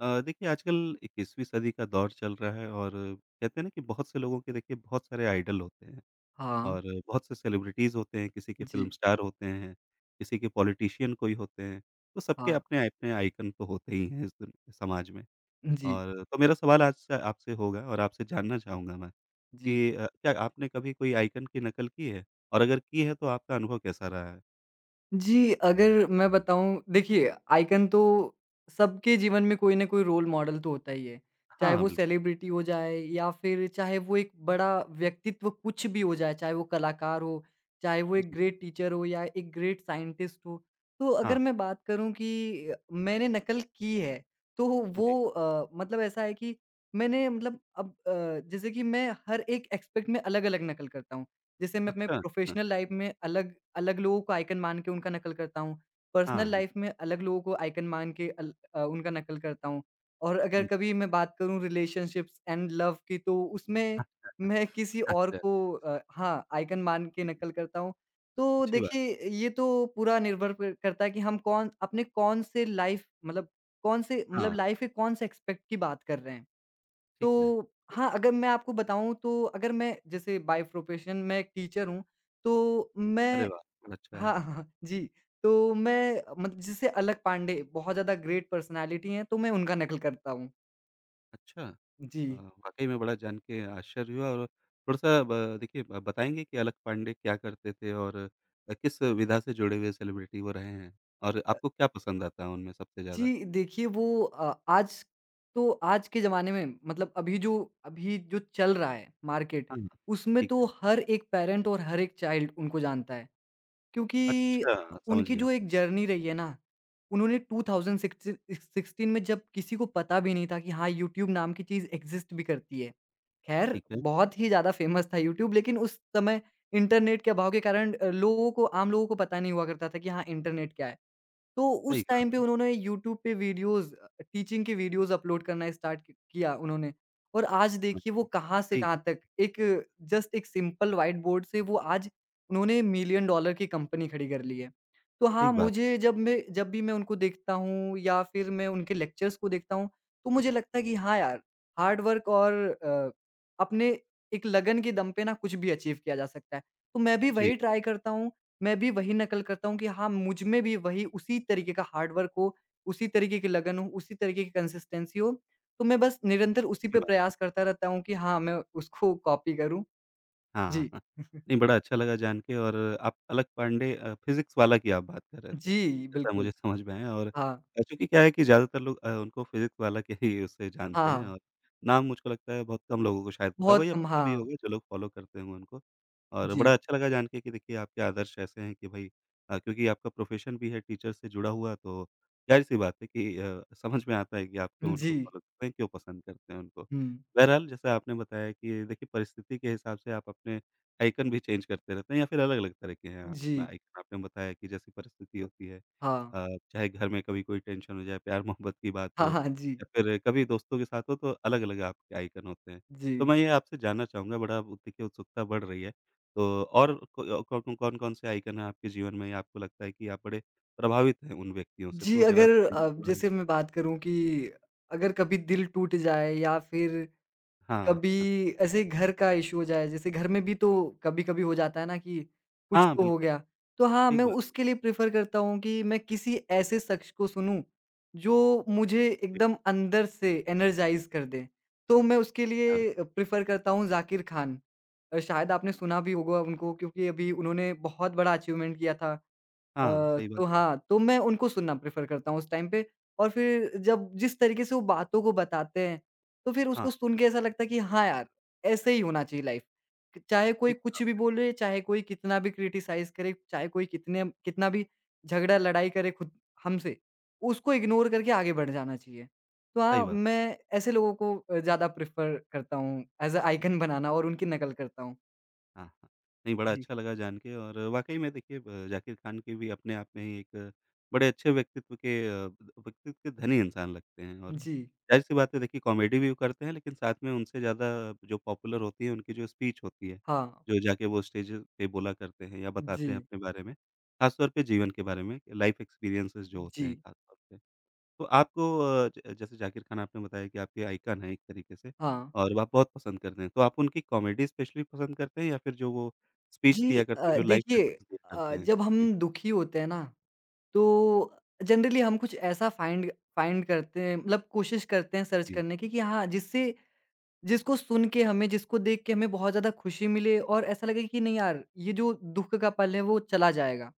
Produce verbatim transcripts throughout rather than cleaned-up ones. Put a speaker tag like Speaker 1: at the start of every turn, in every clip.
Speaker 1: अ, देखिए आजकल इक्कीसवीं सदी का दौर चल रहा है और कहते हैं ना कि बहुत से लोगों के देखिए बहुत सारे आइडल होते हैं
Speaker 2: हाँ,
Speaker 1: और बहुत से सेलिब्रिटीज़ होते हैं, किसी के फ़िल्म
Speaker 2: जी,
Speaker 1: स्टार होते हैं, किसी के पॉलिटिशियन कोई होते हैं, तो सबके
Speaker 2: हाँ,
Speaker 1: अपने-अपने आइकन तो होते ही हैं इस दुन समाज में।
Speaker 2: जी,
Speaker 1: और तो मेरा सवाल आज से आपसे होगा और आपसे जानना चाहूँगा मैं
Speaker 2: जी।
Speaker 1: कि अ, क्या आपने कभी कोई आइकन की नकल की है? और अगर की है तो आपका अनुभव कैसा रहा है?
Speaker 2: जी, अगर मैं बताऊँ देखिए आइकन तो सबके जीवन में कोई ना कोई रोल मॉडल तो होता ही है। चाहे
Speaker 1: हाँ,
Speaker 2: वो
Speaker 1: बिल्कुल।
Speaker 2: सेलिब्रिटी हो जाए या फिर चाहे वो एक बड़ा व्यक्तित्व कुछ भी हो जाए, चाहे वो कलाकार हो, चाहे वो एक
Speaker 1: जी,
Speaker 2: ग्रेट टीचर हो या एक ग्रेट साइंटिस्ट हो। तो अगर
Speaker 1: हाँ,
Speaker 2: मैं बात करूँ कि अ, मैंने नकल की है, तो
Speaker 1: जी।
Speaker 2: वो अ, मतलब ऐसा है कि मैंने मतलब अब अ, जैसे कि मैं हर एक एस्पेक्ट में अलग-अलग नकल करता हूँ। जैसे मैं अपने
Speaker 1: अच्छा, हाँ,
Speaker 2: प्रोफेशनल लाइफ में अलग अलग लोगों को आइकन मान के उनका नकल करता हूँ। पर्सनल
Speaker 1: हाँ,
Speaker 2: लाइफ में अलग लोगों को आइकन मान के अल अ, उनका नकल करता हूँ। और अगर
Speaker 1: हुँ,
Speaker 2: कभी मैं बात करूँ रिलेशनशिप्स एंड लव की तो उसमें मैं किसी और
Speaker 1: अच्छा,
Speaker 2: को अ, हाँ, आइकन मान के
Speaker 1: जी,
Speaker 2: नकल करता हूँ। तो
Speaker 1: अच्छी बात है।
Speaker 2: देखिए ये तो पूरा निर्भर प करता है कि हम कौन अपने कौन से लाइफ मतलब कौन से मतलब
Speaker 1: हाँ,
Speaker 2: लाइफ के कौन से एस्पेक्ट की बात कर रहे हैं। तो
Speaker 1: ठीक है।
Speaker 2: हाँ, अगर मैं आपको बताऊँ तो अगर मैं जैसे बाय प्रोफेशन मैं एक टीचर हूँ, तो
Speaker 1: अरे
Speaker 2: मैं
Speaker 1: वाह! बड़ा अच्छा है।
Speaker 2: हाँ, हाँ, हाँ, जी। तो मैं मतलब जैसे अलक पांडे बहुत ज़्यादा ग्रेट पर्सनैलिटी हैं, तो मैं उनका नकल करता हूँ।
Speaker 1: अच्छा
Speaker 2: जी।
Speaker 1: अ, वाक़ई में बड़ा जान के आश्चर्य हुआ और थोड़ा-सा ब देखिए ब बताएँगे कि अलक पांडे क्या करते थे और अ, किस विधा से जुड़े हुए सेलिब्रिटी वो रहे हैं? और
Speaker 2: अ,
Speaker 1: आपको क्या पसंद आता है उनमें सबसे ज़्यादा?
Speaker 2: जी, देखिए वो अ, आज तो आज के ज़माने में मतलब अभी जो अभी जो चल रहा है मार्केट,
Speaker 1: हाँ, हाँ,
Speaker 2: उसमें
Speaker 1: ठीक
Speaker 2: तो
Speaker 1: है।
Speaker 2: हर एक पेरेंट और हर एक चाइल्ड उनको जानता है। क्योंकि
Speaker 1: अच्छा, समझ
Speaker 2: उनकी
Speaker 1: गया।
Speaker 2: जो एक जर्नी रही है ना, उन्होंने ट्वेंटी सिक्सटीन सिक्सटीन में जब किसी को पता भी नहीं था कि हाँ, यूट्यूब नाम की चीज़ एक्ज़िस्ट भी करती है। ख़ैर
Speaker 1: ठीक है,
Speaker 2: बहुत ही ज़्यादा फ़ेमस था यूट्यूब लेकिन उस समय इंटरनेट के अभाव के कारण अ, लोगों को आम लोगों को पता नहीं हुआ करता था कि हाँ, इंटरनेट क्या है? तो
Speaker 1: सही
Speaker 2: उस
Speaker 1: कहा
Speaker 2: टाइम पे
Speaker 1: आपने।
Speaker 2: उन्होंने यूट्यूब पे वीडियोज़ अ, टीचिंग के वीडियोज़ अपलोड करना स्टार्ट क किया उन्होंने और आज
Speaker 1: हाँ,
Speaker 2: देखिए वो कहाँ से
Speaker 1: सही
Speaker 2: कहाँ तक एक जस्ट एक सिंपल व्हाइट बोर्ड से वो आज उन्होंने मिलियन डॉलर की कंपनी खड़ी कर ली है। तो हाँ,
Speaker 1: ठीक बात।
Speaker 2: मुझे जब मैं जब भी मैं उनको देखता हूँ या फिर मैं उनके लेक्चर्स को देखता हूँ, तो मुझे लगता है कि हाँ यार, हार्ड वर्क और अ, अपने एक लगन के दम पे ना कुछ भी अचीव किया जा सकता है। तो मैं भी
Speaker 1: जी,
Speaker 2: वही ट्राई करता हूँ मैं भी वही नकल करता हूँ कि हाँ, मुझ में भी वही उसी तरीके का हार्ड वर्क हो, उसी तरीके की लगन हो, उसी तरीके की कंसिस्टेंसी हो। तो मैं बस निरंतर उसी पे
Speaker 1: अच्छी बात है।
Speaker 2: प्रयास करता रहता हूँ कि हाँ, मैं उसको कॉपी करूँ।
Speaker 1: हाँ,
Speaker 2: जी।
Speaker 1: हाँ। नहीं बड़ा अच्छा लगा जान के और आप अलक पांडे अ, फ़िज़िक्स वाला की आप बात कर रहे थे,
Speaker 2: जी,
Speaker 1: जैसा
Speaker 2: बिल्कुल।
Speaker 1: मुझे समझ में आया और
Speaker 2: हाँ।
Speaker 1: अ, चूँकि क्या है कि ज़्यादातर लोग अ, उनको फ़िज़िक्स वाला के ही उससे जानते हैं
Speaker 2: हाँ।
Speaker 1: और नाम मुझको लगता है बहुत कम लोगों को शायद पता होगा
Speaker 2: बहुत
Speaker 1: या
Speaker 2: कम
Speaker 1: पता
Speaker 2: हाँ।
Speaker 1: भी होगा जो लोग फ़ॉलो करते होंगे उनको। और
Speaker 2: जी।
Speaker 1: बड़ा अच्छा लगा जान के कि देखिए आपके आदर्श ऐसे हैं कि भई अ, क्योंकि आपका प्रोफ़ेशन भी है टीचर से जुड़ा हुआ तो ज़ाहिर-सी बात है कि अ, समझ में आता है कि आप क्यों
Speaker 2: जी।
Speaker 1: उनको फ़ॉलो करते हैं, क्यों पसंद करते हैं उनको।
Speaker 2: हुँ।
Speaker 1: बहरहाल जैसे आपने बताया कि देखिए परिस्थिति के हिसाब से आप अपने आइकन भी चेंज करते रहते हैं या फिर अलग-अलग तरह के हैं आप
Speaker 2: जी।
Speaker 1: आइकन आपने बताया कि जैसी परिस्थिति होती है
Speaker 2: हाँ।
Speaker 1: अ, चाहे घर में कभी कोई टेंशन हो जाए, प्यार-मोहब्बत की बात
Speaker 2: हाँ,
Speaker 1: हो
Speaker 2: हाँ। जी।
Speaker 1: या फिर कभी दोस्तों के साथ हो तो अलग-अलग आपके आइकन होते हैं। तो
Speaker 2: जी।
Speaker 1: मैं ये आपसे जानना चाहूँगा बड़ा अब देखिए उत्सुकता बढ़ रही है तो और को कौन कौन-कौन से आइकन हैं आपके जीवन में या आपको लगता है कि आप बड़े प्रभावित हैं उन व्यक्तियों से?
Speaker 2: जी,
Speaker 1: तो ज़रा
Speaker 2: अगर
Speaker 1: बताइए
Speaker 2: अ,
Speaker 1: इसके बारे में।
Speaker 2: जैसे मैं बात करूँ कि अगर कभी दिल टूट जाए या फिर
Speaker 1: हाँ,
Speaker 2: कभी
Speaker 1: हाँ।
Speaker 2: ऐसे ही घर का इश्यू हो जाए, जैसे घर में भी तो कभी-कभी हो जाता है ना कि कुछ
Speaker 1: हाँ,
Speaker 2: तो हो
Speaker 1: बिल्कुल
Speaker 2: गया। तो हाँ,
Speaker 1: ठीक
Speaker 2: मैं
Speaker 1: बात है।
Speaker 2: उसके लिए प्रेफ़र करता हूँ कि मैं किसी ऐसे शख़्स को सुनूँ, जो मुझे
Speaker 1: जी,
Speaker 2: एकदम अंदर से एनर्जाइज़ कर दे। तो मैं उसके
Speaker 1: हाँ।
Speaker 2: लिए प्रेफ़र करता हूँ ज़ाकिर ख़ान। अ, शायद आपने सुना भी होगा उनको क्योंकि अभी उन्होंने बहुत बड़ा अचीवमेंट किया था।
Speaker 1: हाँ,
Speaker 2: अ,
Speaker 1: सही बात
Speaker 2: तो
Speaker 1: है।
Speaker 2: हाँ, तो मैं उनको सुनना प्रेफ़र करता हूँ उस टाइम पे और फिर जब जिस तरीके से वो बातों को बताते हैं, तो फिर
Speaker 1: हाँ,
Speaker 2: उसको सुन के ऐसा लगता है कि हाँ यार, ऐसे ही होना चाहिए लाइफ़। क चाहे कोई
Speaker 1: ठीक कहा,
Speaker 2: कुछ भी बोले, चाहे कोई कितना भी क्रिटिसाइज़ करे, चाहे कोई कितने कितना भी झगड़ा लड़ाई करे खुद हमसे, उसको इग्नोर करके आगे बढ़ जाना चाहिए। तो
Speaker 1: सही
Speaker 2: हाँ,
Speaker 1: बात है।
Speaker 2: मैं ऐसे लोगों को अ, ज़्यादा प्रेफ़र करता हूँ एज़ अ
Speaker 1: जी,
Speaker 2: आइकन बनाना और उनकी नकल करता हूँ।
Speaker 1: हाँ, हाँ। नहीं, बड़ा
Speaker 2: जी,
Speaker 1: अच्छा लगा जान के और वाक़ई में देखिए अ, ज़ाकिर खान के भी अपने आप में ही एक बड़े अच्छे व्यक्तित्व के अ, व्यक्तित्व के धनी इंसान लगते हैं और
Speaker 2: जी,
Speaker 1: ज़ाहिर-सी बात है देखिए कॉमेडी भी वो करते हैं, लेकिन साथ में उनसे ज़्यादा जो पॉपुलर होती है, उनकी जो स्पीच होती है,
Speaker 2: हाँ,
Speaker 1: जो जाके वो स्टेज पे बोला करते हैं या
Speaker 2: जी,
Speaker 1: बताते हैं अपने बारे में, ख़ास तौर पे जीवन के बारे में, लाइफ़ एक्सपीरियंसेस जो होते हैं
Speaker 2: जी,
Speaker 1: ख़ास तौर पे। तो आपको अ, ज जैसे जाकिर खान आपने बताया कि आपके आइकन हैं एक तरीके से
Speaker 2: हाँ।
Speaker 1: और आप बहुत पसंद करते हैं। तो आप उनकी कॉमेडी स्पेशली पसंद करते हैं या फिर जो वो स्पीच
Speaker 2: जी
Speaker 1: दिया करते हैं,
Speaker 2: अ,
Speaker 1: जो लाइफ
Speaker 2: देखिए
Speaker 1: लेसन्स दिया करते
Speaker 2: अ,
Speaker 1: हैं?
Speaker 2: जब
Speaker 1: जी,
Speaker 2: हम दुखी होते हैं ना तो जनरली हम कुछ ऐसा फाइंड फाइंड करते हैं मतलब कोशिश करते हैं सर्च
Speaker 1: जी।
Speaker 2: करने की कि हाँ जिससे जिसको सुन के हमें जिसको देख के हमें बहुत ज़्यादा खुशी मिले और ऐसा लगे कि नहीं यार ये जो दुख का पल है वो चला जाएगा।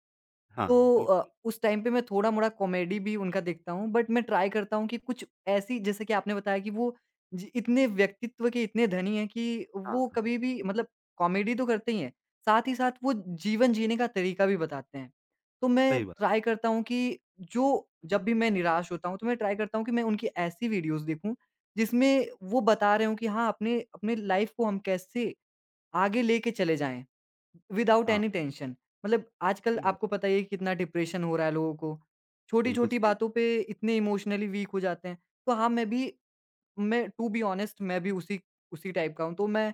Speaker 1: हाँ, हाँ,
Speaker 2: तो
Speaker 1: बिल्कुल।
Speaker 2: अ, उस टाइम पे मैं थोड़ा-मोड़ा कॉमेडी भी उनका देखता हूँ, बट मैं ट्राई करता हूँ कि कुछ ऐसी जैसे कि आपने बताया कि वो ज इतने व्यक्तित्व के इतने धनी हैं कि वो
Speaker 1: हाँ,
Speaker 2: कभी भी मतलब कॉमेडी तो करते ही हैं, साथ ही साथ वो जीवन जीने का तरीका भी बताते हैं। तो मैं
Speaker 1: सही बात
Speaker 2: ट्राई
Speaker 1: है।
Speaker 2: करता हूँ कि जो जब भी मैं निराश होता हूँ, तो मैं ट्राई करता हूँ कि मैं उनकी ऐसी वीडियोज़ देखूँ, जिसमें वो बता रहे हों कि हाँ, अपने अपने लाइफ़ को हम कैसे आगे लेके
Speaker 1: जी,
Speaker 2: चले जाएँ, विदाउट
Speaker 1: हाँ,
Speaker 2: एनी टेंशन। मतलब आजकल
Speaker 1: ठीक
Speaker 2: आपको
Speaker 1: बात।
Speaker 2: पता ही है कितना डिप्रेशन हो रहा है लोगों को,
Speaker 1: बिल्कुल
Speaker 2: छोटी-छोटी
Speaker 1: सही,
Speaker 2: बातों पे इतने इमोशनली वीक हो जाते हैं। तो हाँ, मैं भी मैं टू बी ऑनेस्ट मैं भी उसी उसी टाइप का हूँ। तो मैं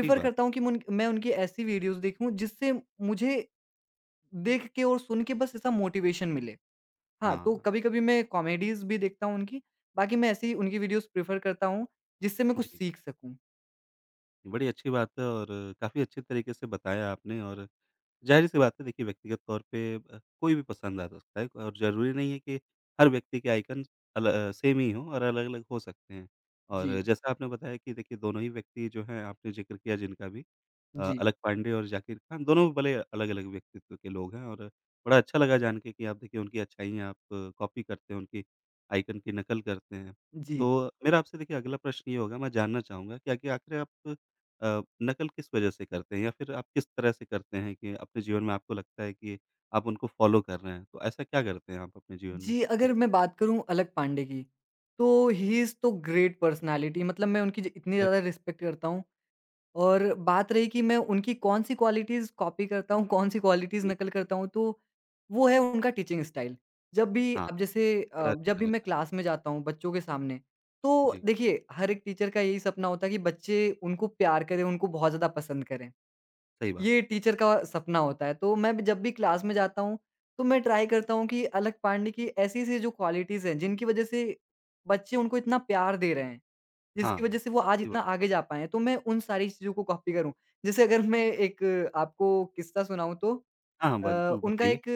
Speaker 1: ठीक बात।
Speaker 2: करता हूँ कि मुन मैं उनकी ऐसी वीडियोज़ देखूँ जिससे मुझे देख के और सुन के बस ऐसा मोटिवेशन मिले। हाँ,
Speaker 1: हाँ,
Speaker 2: तो
Speaker 1: हाँ।
Speaker 2: कभी-कभी मैं कॉमेडीज़ भी देखता हूँ उनकी, बाकी मैं ऐसी उनकी वीडियोज़ प्रेफ़र करता हूँ जिससे मैं कुछ
Speaker 1: जी,
Speaker 2: सीख सकूँ।
Speaker 1: बड़ी अच्छी बात है और काफ़ी अच्छे तरीके से बताया आपने और ज़ाहिर-सी बात है देखिए व्यक्तिगत तौर पे अ, कोई भी पसंद आ सकता है और ज़रूरी नहीं है कि हर व्यक्ति के आइकन अल अ, सेम ही हों और अलग-अलग हो सकते हैं। और
Speaker 2: जी,
Speaker 1: जैसा आपने बताया कि देखिए दोनों ही व्यक्ति जो हैं आपने ज़िक्र किया जिनका भी अ,
Speaker 2: जी,
Speaker 1: अलग पांडे और ज़ाकिर खान दोनों भले अलग-अलग व्यक्तित्व के लोग हैं और बड़ा अच्छा लगा जान के कि आप देखिए उनकी अच्छाइयाँ आप कॉपी करते हैं, उनकी आइकन की नकल करते हैं।
Speaker 2: जी।
Speaker 1: तो मेरा आपसे देखिए अगला प्रश्न ये होगा मैं जानना चाहूँगा कि आखिर आखिर आप अ, नकल किस वजह से करते हैं या फिर आप किस तरह से करते हैं कि अपने जीवन में आपको लगता है कि आप उनको फ़ॉलो कर रहे हैं? तो ऐसा क्या करते हैं आप अपने जीवन में?
Speaker 2: जी, अगर
Speaker 1: जी,
Speaker 2: मैं बात करूँ अलक पांडे की, तो ही इज़ तो ग्रेट पर्सनैलिटी मतलब मैं उनकी ज इतनी
Speaker 1: क्या
Speaker 2: ज़्यादा रिस्पेक्ट करता हूँ और बात रही कि मैं उनकी कौन-सी क्वालिटीज़ कॉपी करता हूँ, कौन-सी क्वालिटीज़
Speaker 1: जी,
Speaker 2: नकल करता हूँ, तो वो है उनका टीचिंग स्टाइल। जब भी
Speaker 1: हाँ,
Speaker 2: अब जैसे
Speaker 1: बड़ा
Speaker 2: अ, जब
Speaker 1: अच्छा
Speaker 2: भी मैं
Speaker 1: लगा।
Speaker 2: क्लास में जाता हूँ बच्चों के सामने, तो
Speaker 1: जी,
Speaker 2: देखिए हर एक टीचर का यही सपना होता है कि बच्चे उनको प्यार करें, उनको बहुत ज़्यादा पसंद करें।
Speaker 1: सही बात है।
Speaker 2: ये टीचर का सपना होता है। तो मैं भी जब भी क्लास में जाता हूँ, तो मैं ट्राई करता हूँ कि अलक पांडे की ऐसी-ऐसी जो क्वालिटीज़ हैं, जिनकी वज़ह से बच्चे उनको इतना प्यार दे रहे हैं,
Speaker 1: हाँ,
Speaker 2: जिसकी वज़ह
Speaker 1: हाँ,
Speaker 2: से वो आज
Speaker 1: सही
Speaker 2: इतना
Speaker 1: बात
Speaker 2: आगे जा पाए हैं। तो मैं उन सारी चीज़ों को कॉपी करूँ। जैसे अगर मैं एक आपको किस्सा सुनाऊँ तो
Speaker 1: हाँ, हाँ,
Speaker 2: अ,
Speaker 1: बिल्कुल
Speaker 2: उनका
Speaker 1: बताइए।
Speaker 2: एक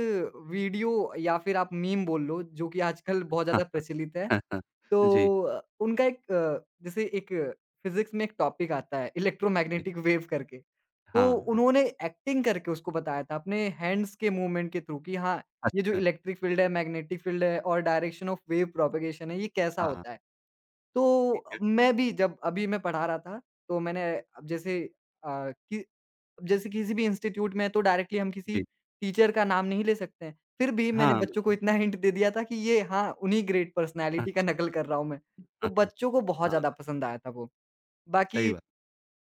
Speaker 2: वीडियो या फिर आप मीम बोल लो, जो कि आजकल बहुत
Speaker 1: हाँ,
Speaker 2: ज़्यादा
Speaker 1: हाँ।
Speaker 2: प्रचलित है।
Speaker 1: हाँ, हाँ,
Speaker 2: तो
Speaker 1: जी,
Speaker 2: अ, उनका एक अ, जैसे एक फिज़िक्स में एक टॉपिक आता है
Speaker 1: जी।
Speaker 2: इलेक्ट्रोमैग्नेटिक वेव करके। तो
Speaker 1: हाँ, हाँ,
Speaker 2: उन्होंने एक्टिंग करके उसको बताया था अपने हैंड्स के मूवमेंट के थ्रू कि हाँ, ये जो
Speaker 1: अच्छा।
Speaker 2: इलेक्ट्रिक फ़ील्ड है, मैग्नेटिक फ़ील्ड है और डायरेक्शन ऑफ वेव प्रोपगेशन है, ये कैसा
Speaker 1: हाँ, हाँ,
Speaker 2: होता है।
Speaker 1: ठीक
Speaker 2: तो
Speaker 1: है।
Speaker 2: मैं भी जब अभी मैं पढ़ा रहा था, तो मैंने अब जैसे अ, कि जैसे किसी भी इंस्टीट्यूट में तो डायरेक्टली हम किसी
Speaker 1: जी,
Speaker 2: टीचर का नाम नहीं ले सकते हैं। फिर भी
Speaker 1: हाँ,
Speaker 2: मैंने बच्चों को
Speaker 1: बिल्कुल।
Speaker 2: इतना हिंट दे दिया था कि ये हाँ, उन्हीं ग्रेट पर्सनैलिटी का
Speaker 1: अच्छा,
Speaker 2: नकल कर रहा हूँ मैं। तो
Speaker 1: हाँ, हाँ,
Speaker 2: बच्चों को बहुत
Speaker 1: हाँ,
Speaker 2: ज़्यादा पसंद आया था वो।
Speaker 1: सही
Speaker 2: बाकी
Speaker 1: बात।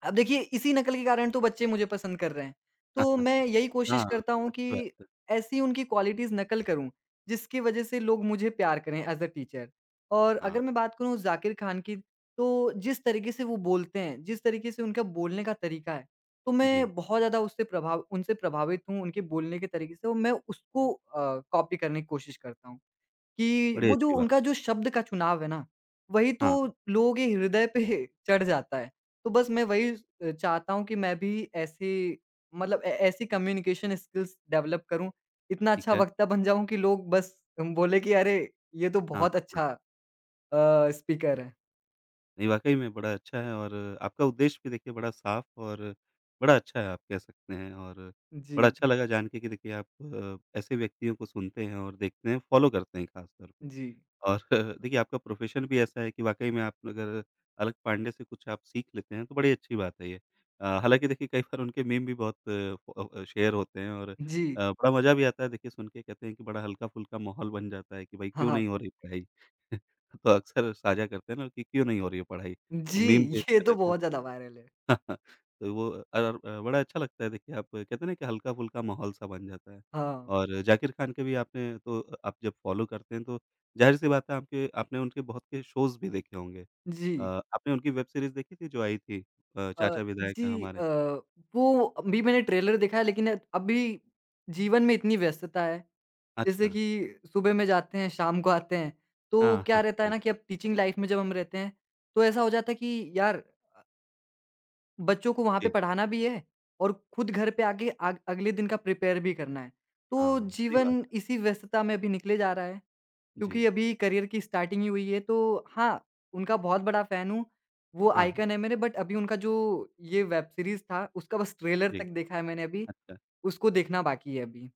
Speaker 2: अब देखिए इसी नकल के कारण तो बच्चे मुझे पसंद कर रहे हैं।
Speaker 1: हाँ,
Speaker 2: तो
Speaker 1: हाँ,
Speaker 2: मैं यही कोशिश
Speaker 1: हाँ,
Speaker 2: करता हूँ कि
Speaker 1: अच्छी बात है।
Speaker 2: ऐसी उनकी क्वालिटीज़ नकल करूँ, जिसकी वजह से लोग मुझे प्यार करें एज़ अ टीचर। और
Speaker 1: हाँ,
Speaker 2: अगर मैं बात करूँ ज़ाकिर खान की, तो जिस तरीके से वो बोलते हैं, जिस तरीके से उनका बोलने का तरीका है, तो
Speaker 1: जी,
Speaker 2: मैं बहुत ज़्यादा उससे प्रभाव उनसे प्रभावित हूँ, उनके बोलने के तरीके से और मैं उसको अ, कॉपी करने की कोशिश करता हूँ। कि
Speaker 1: बड़ी
Speaker 2: वो जो
Speaker 1: अच्छी बात।
Speaker 2: उनका जो शब्द का चुनाव है ना, वही तो
Speaker 1: हाँ,
Speaker 2: लोगों के हृदय पे चढ़ जाता है। तो बस मैं वही अ, चाहता हूँ कि मैं भी ऐसे मतलब ऐ ऐसी कम्युनिकेशन स्किल्स डेवलप करूँ, इतना
Speaker 1: ठीक
Speaker 2: अच्छा
Speaker 1: है।
Speaker 2: वक्ता बन जाऊँ कि लोग बस बोले कि अरे! ये तो
Speaker 1: हाँ।
Speaker 2: बहुत अच्छा अ, स्पीकर है।
Speaker 1: नहीं, वाक़ई में बड़ा अच्छा है और आपका उद्देश्य भी देखिए बड़ा साफ़ और बड़ा अच्छा है आप कह सकते हैं और
Speaker 2: जी,
Speaker 1: बड़ा अच्छा लगा जान के कि देखिए आप अ, ऐसे व्यक्तियों को सुनते हैं और देखते हैं, फ़ॉलो करते हैं ख़ास तौर पे।
Speaker 2: जी,
Speaker 1: और देखिए आपका प्रोफ़ेशन भी ऐसा है कि वाक़ई में आप अगर अलग पांडे से कुछ आप सीख लेते हैं तो बड़ी अच्छी बात है ये। अ, हालाँकि देखिए कई बार उनके मीम भी बहुत अ अ, शेयर होते हैं और अ,
Speaker 2: जी।
Speaker 1: बड़ा मज़ा भी आता है देखिए सुन के कहते हैं कि बड़ा हल्का-फुल्का माहौल बन जाता है कि भाई
Speaker 2: हाँ,
Speaker 1: क्यों
Speaker 2: हाँ।
Speaker 1: नहीं हो रही पढ़ाई? तो अक्सर साझा करते हैं ना कि क्यों नहीं हो रही है पढ़ाई? तो
Speaker 2: जी,
Speaker 1: मीम
Speaker 2: ये
Speaker 1: भेजते
Speaker 2: तो
Speaker 1: रहते
Speaker 2: बहुत
Speaker 1: हैं।
Speaker 2: ज़्यादा वायरल है।
Speaker 1: तो वो अर अ, बड़ा अच्छा लगता है देखिए आप कहते हैं ना कि हल्का-फुल्का माहौल-सा बन जाता है।
Speaker 2: हाँ,
Speaker 1: और जाकिर खान के भी आपने तो आप जब फ़ॉलो करते हैं तो ज़ाहिर-सी बात है आपके आपने उनके बहुत के शोज़ भी देखे होंगे। अ,
Speaker 2: जी।
Speaker 1: आपने उनकी वेब सीरीज़ देखी थी जो आई थी अ,
Speaker 2: अ,
Speaker 1: चाचा विधायक हैं
Speaker 2: जी
Speaker 1: हमारे?
Speaker 2: अ, वो अभी मैंने ट्रेलर देखा है लेकिन अभी जीवन में इतनी व्यस्तता है, जैसे
Speaker 1: अच्छा।
Speaker 2: कि सुबह में जाते हैं, शाम को आते हैं, तो
Speaker 1: हाँ,
Speaker 2: क्या
Speaker 1: हाँ,
Speaker 2: रहता है
Speaker 1: बिल्कुल।
Speaker 2: ना कि अब टीचिंग लाइफ में जब हम रहते हैं, तो ऐसा हो जाता है कि यार बच्चों को वहाँ पे
Speaker 1: जी।
Speaker 2: पढ़ाना भी है और खुद घर पे आके आग अगले दिन का प्रिपेयर भी करना है। तो
Speaker 1: हाँ, सही बात
Speaker 2: जीवन
Speaker 1: है।
Speaker 2: इसी व्यस्तता में अभी निकले जा रहा है। क्योंकि
Speaker 1: जी।
Speaker 2: अभी करियर की स्टार्टिंग ही हुई है तो हाँ, उनका बहुत बड़ा फ़ैन हूँ। वो
Speaker 1: हाँ, हाँ।
Speaker 2: आइकन है मेरे बट अभी उनका जो ये वेब सीरीज़ था उसका बस ट्रेलर तक
Speaker 1: जी।
Speaker 2: देखा है मैंने अभी,
Speaker 1: अच्छा,
Speaker 2: उसको देखना बाकी है अभी।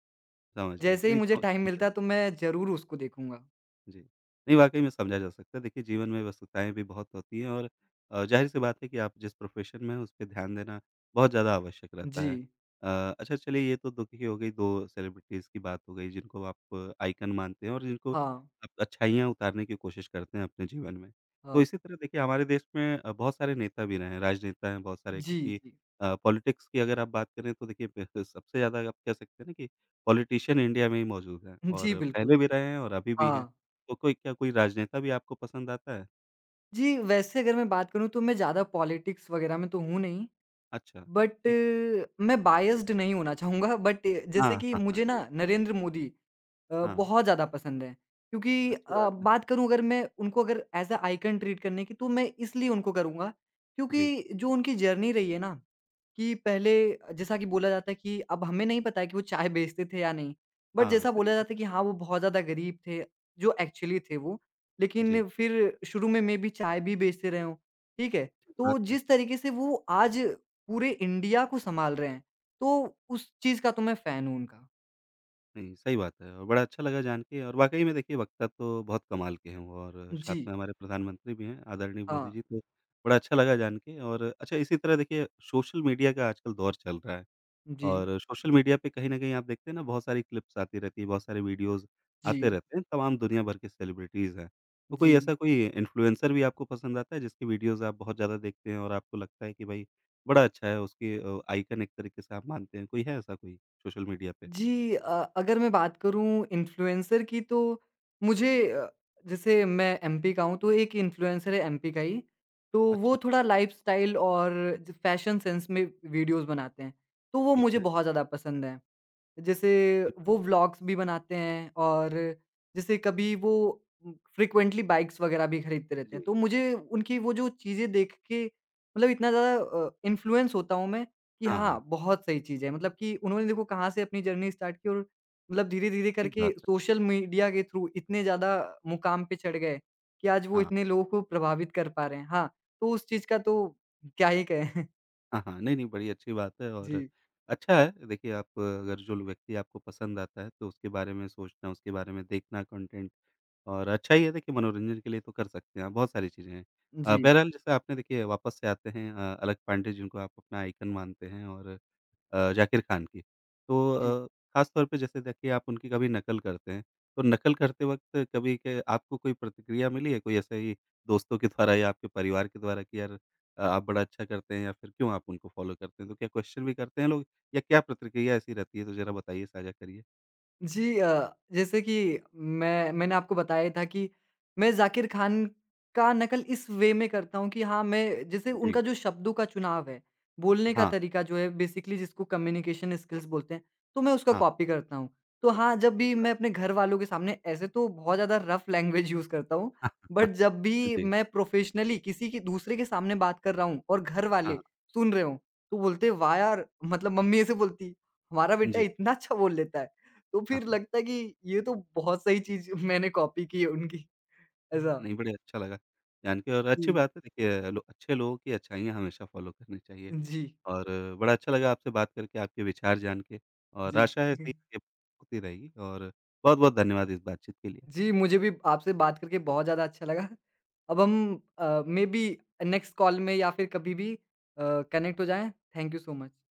Speaker 1: समझ गया।
Speaker 2: जैसे ही
Speaker 1: नहीं
Speaker 2: मुझे
Speaker 1: समझ
Speaker 2: टाइम मिलता है तो मैं ज़रूर उसको देखूँगा।
Speaker 1: जी। नहीं, वाक़ई में समझा जा सकता है। देखिए, जीवन में व्यस्तताएँ भी बहुत होती हैं और अ, ज़ाहिर-सी बात है कि आप जिस प्रोफ़ेशन में हैं, उस पे ध्यान देना बहुत ज़्यादा आवश्यक रहता है।
Speaker 2: जी,
Speaker 1: अ, अच्छा चलिए ये तो दुखी हो गई दो सेलिब्रिटीज़ की बात हो गई जिनको आप आइकन मानते हैं और जिनको
Speaker 2: हाँ,
Speaker 1: आप अच्छाइयाँ उतारने की कोशिश करते हैं अपने जीवन में। तो
Speaker 2: हाँ।
Speaker 1: इसी तरह देखिए हमारे देश में अ, बहुत सारे नेता भी रहे हैं, राजनेता हैं बहुत सारे
Speaker 2: जी,
Speaker 1: क्योंकि
Speaker 2: जी।
Speaker 1: अ, पॉलिटिक्स की अगर आप बात करें तो देखिए प सबसे ज़्यादा आप कह सकते हैं ना कि पॉलिटिशियन इंडिया में ही मौजूद हैं
Speaker 2: जी,
Speaker 1: और
Speaker 2: बिल्कुल।
Speaker 1: पहले भी रहे हैं और अभी भी हैं।
Speaker 2: हाँ।
Speaker 1: तो कोई क्या कोई राजनेता भी आपको पसंद आता है?
Speaker 2: जी, वैसे अगर मैं बात करूँ तो मैं ज़्यादा पॉलिटिक्स वग़ैरह में तो हूँ नहीं,
Speaker 1: अच्छा,
Speaker 2: बट
Speaker 1: ठीक।
Speaker 2: मैं बायस्ड नहीं होना चाहूँगा बट जैसे
Speaker 1: हाँ,
Speaker 2: कि
Speaker 1: हाँ, हाँ,
Speaker 2: मुझे ना
Speaker 1: जी।
Speaker 2: नरेंद्र मोदी अ,
Speaker 1: हाँ,
Speaker 2: बहुत ज़्यादा पसंद है। क्योंकि
Speaker 1: अच्छी
Speaker 2: अ,
Speaker 1: बात है।
Speaker 2: बात करूँ अगर मैं उनको अगर एज़ अ आइकन ट्रीट करने की तो मैं इसलिए उनको करूँगा
Speaker 1: जी,
Speaker 2: क्योंकि जो उनकी जर्नी रही है ना कि पहले जैसा कि बोला जाता है कि अब हमें नहीं पता है कि वो चाय बेचते थे या नहीं। बट
Speaker 1: हाँ,
Speaker 2: जैसा
Speaker 1: सही
Speaker 2: बोला
Speaker 1: बात
Speaker 2: जाता है कि
Speaker 1: है।
Speaker 2: हाँ, वो बहुत ज़्यादा गरीब थे, जो एक्चुअली थे वो।
Speaker 1: जी,
Speaker 2: लेकिन फिर शुरू में मेबी चाय भी बेचते रहे हों, ठीक है?
Speaker 1: ठीक
Speaker 2: तो
Speaker 1: बात है।
Speaker 2: जिस तरीके से वो आज पूरे इंडिया को सँभाल रहे हैं, तो उस चीज़ का तो मैं फ़ैन हूँ उनका।
Speaker 1: नहीं, सही बात है और बड़ा अच्छा लगा जान के और वाक़ई में देखिए वक्ता तो बहुत कमाल के हैं वो और साथ
Speaker 2: जी।
Speaker 1: में हमारे प्रधानमंत्री भी हैं, आदरणीय मोदी
Speaker 2: हाँ।
Speaker 1: जी, तो बड़ा अच्छा लगा जान के और अच्छा इसी तरह देखिए सोशल मीडिया का आजकल दौर चल रहा है।
Speaker 2: जी।
Speaker 1: और सोशल मीडिया पे कहीं न कहीं आप देखते हैं ना बहुत सारी क्लिप्स आती रहती है, बहुत सारे वीडियोज़ आते
Speaker 2: जी,
Speaker 1: रहते हैं, तमाम दुनिया भर के सेलिब्रिटीज़ हैं। तो
Speaker 2: जी।
Speaker 1: कोई ऐसा कोई इन्फ्लुएंसर भी आपको पसंद आता है जिसकी वीडियोज़ आप बहुत ज़्यादा देखते हैं और आपको लगता है कि भाई बड़ा अच्छा है, उसकी अ, आइकन एक तरीके से आप मानते हैं, कोई है ऐसा कोई सोशल मीडिया पे?
Speaker 2: जी अ, अगर मैं बात करूँ इन्फ्लुएंसर की तो मुझे अ, जैसे मैं एमपी का हूँ तो एक इन्फ्लुएंसर है एमपी का ही, तो वो
Speaker 1: अच्छा,
Speaker 2: थोड़ा लाइफ़स्टाइल और ज फैशन सेंस में वीडियोज़ बनाते हैं, तो वो
Speaker 1: ठीक
Speaker 2: मुझे
Speaker 1: है,
Speaker 2: बहुत ज़्यादा पसंद है। जैसे
Speaker 1: अच्छी
Speaker 2: वो
Speaker 1: बात है।
Speaker 2: व्लॉग्स भी बनाते हैं और जैसे कभी वो फ्रीक्वेंटली बाइक्स वगैरह भी खरीदते रहते हैं।
Speaker 1: जी,
Speaker 2: तो मुझे उनकी वो जो चीज़ें देख के मतलब इतना ज़्यादा अ, इन्फ्लुएंस होता हूँ मैं कि
Speaker 1: हाँ, हाँ,
Speaker 2: हाँ, बहुत सही चीज़ है। मतलब कि उन्होंने देखो कहाँ से अपनी जर्नी स्टार्ट की और मतलब धीरे-धीरे
Speaker 1: ठीक
Speaker 2: करके
Speaker 1: बात है।
Speaker 2: सोशल मीडिया के थ्रू इतने ज़्यादा मुकाम पे चढ़ गए कि आज वो
Speaker 1: हाँ,
Speaker 2: इतने लोगों को प्रभावित कर पा रहे हैं। हाँ, तो उस
Speaker 1: जी,
Speaker 2: चीज़ का तो क्या ही कहें?
Speaker 1: हाँ, हाँ, नहीं, नहीं, बड़ी अच्छी बात है और
Speaker 2: जी,
Speaker 1: अच्छा है देखिए आप अगर जो व्यक्ति आपको पसंद आता है तो उसके बारे में सोचना, उसके बारे में देखना कंटेंट और अच्छा ही है देखिए मनोरंजन के लिए तो कर सकते हैं आप, बहुत सारी चीज़ें हैं। अ,
Speaker 2: जी,
Speaker 1: बहरहाल जैसे आपने देखिए वापस से आते हैं अ, अलख पांडे जिनको आप अपना आइकन मानते हैं और अ, जाकिर खान की। तो
Speaker 2: जी।
Speaker 1: अ, ख़ास तौर पे जैसे देखिए आप उनकी कभी नकल करते हैं, तो नकल करते वक़्त कभी के आपको कोई प्रतिक्रिया मिली है? कोई ऐसे ही दोस्तों के द्वारा या आपके परिवार के द्वारा कि यार अ, आप बड़ा अच्छा करते हैं या फिर क्यों आप उनको फ़ॉलो करते हैं? तो क्या क्वेश्चन भी करते हैं लोग या क्या प्रतिक्रिया ऐसी रहती है? तो ज़रा बताइए, साझा करिए?
Speaker 2: जी अ, जैसे कि मैं मैंने आपको बताया था कि मैं ज़ाकिर खान का नकल इस वे में करता हूँ कि हाँ, मैं जैसे
Speaker 1: जी।
Speaker 2: उनका जो शब्दों का चुनाव है, बोलने का
Speaker 1: हाँ,
Speaker 2: तरीका जो है बेसिकली जिसको कम्युनिकेशन स्किल्स बोलते हैं, तो मैं उसका
Speaker 1: हाँ,
Speaker 2: कॉपी करता हूँ। तो हाँ, जब
Speaker 1: ठीक
Speaker 2: भी
Speaker 1: बात
Speaker 2: मैं
Speaker 1: है।
Speaker 2: अपने घर वालों के सामने ऐसे तो बहुत ज़्यादा रफ़ लैंग्वेज यूज़ करता हूँ, बट जब भी
Speaker 1: जी।
Speaker 2: मैं प्रोफ़ेशनली किसी के दूसरे के सामने बात कर रहा हूँ और घर वाले
Speaker 1: हाँ,
Speaker 2: सुन रहे हों, तो बोलते हैं, "वाह यार!" मतलब मम्मी ऐसे बोलती, "हमारा बेटा
Speaker 1: जी।
Speaker 2: इतना अच्छा बोल लेता है।" तो
Speaker 1: हाँ,
Speaker 2: फिर
Speaker 1: हाँ।
Speaker 2: लगता है कि ये तो बहुत सही चीज़ मैंने कॉपी की है उनकी,
Speaker 1: हाँ,
Speaker 2: ऐसा।
Speaker 1: नहीं बड़े अच्छा लगा जान के और अच्छी
Speaker 2: जी,
Speaker 1: बात है देखिए लो अच्छे लोगों की अच्छाइयाँ हमेशा फ़ॉलो करनी चाहिए
Speaker 2: जी,
Speaker 1: और बड़ा अच्छा लगा आपसे बात करके, आपके विचार जान के और
Speaker 2: जी।
Speaker 1: आशा है ऐसे ही आगे होती रहेगी और बहुत-बहुत धन्यवाद इस बातचीत के लिए।
Speaker 2: जी, मुझे भी आपसे बात करके बहुत ज़्यादा अच्छा लगा। अब हम अ, मेबी नेक्स्ट कॉल में या फिर कभी भी अ, कनेक्ट हो जाएँ। Thank you so much.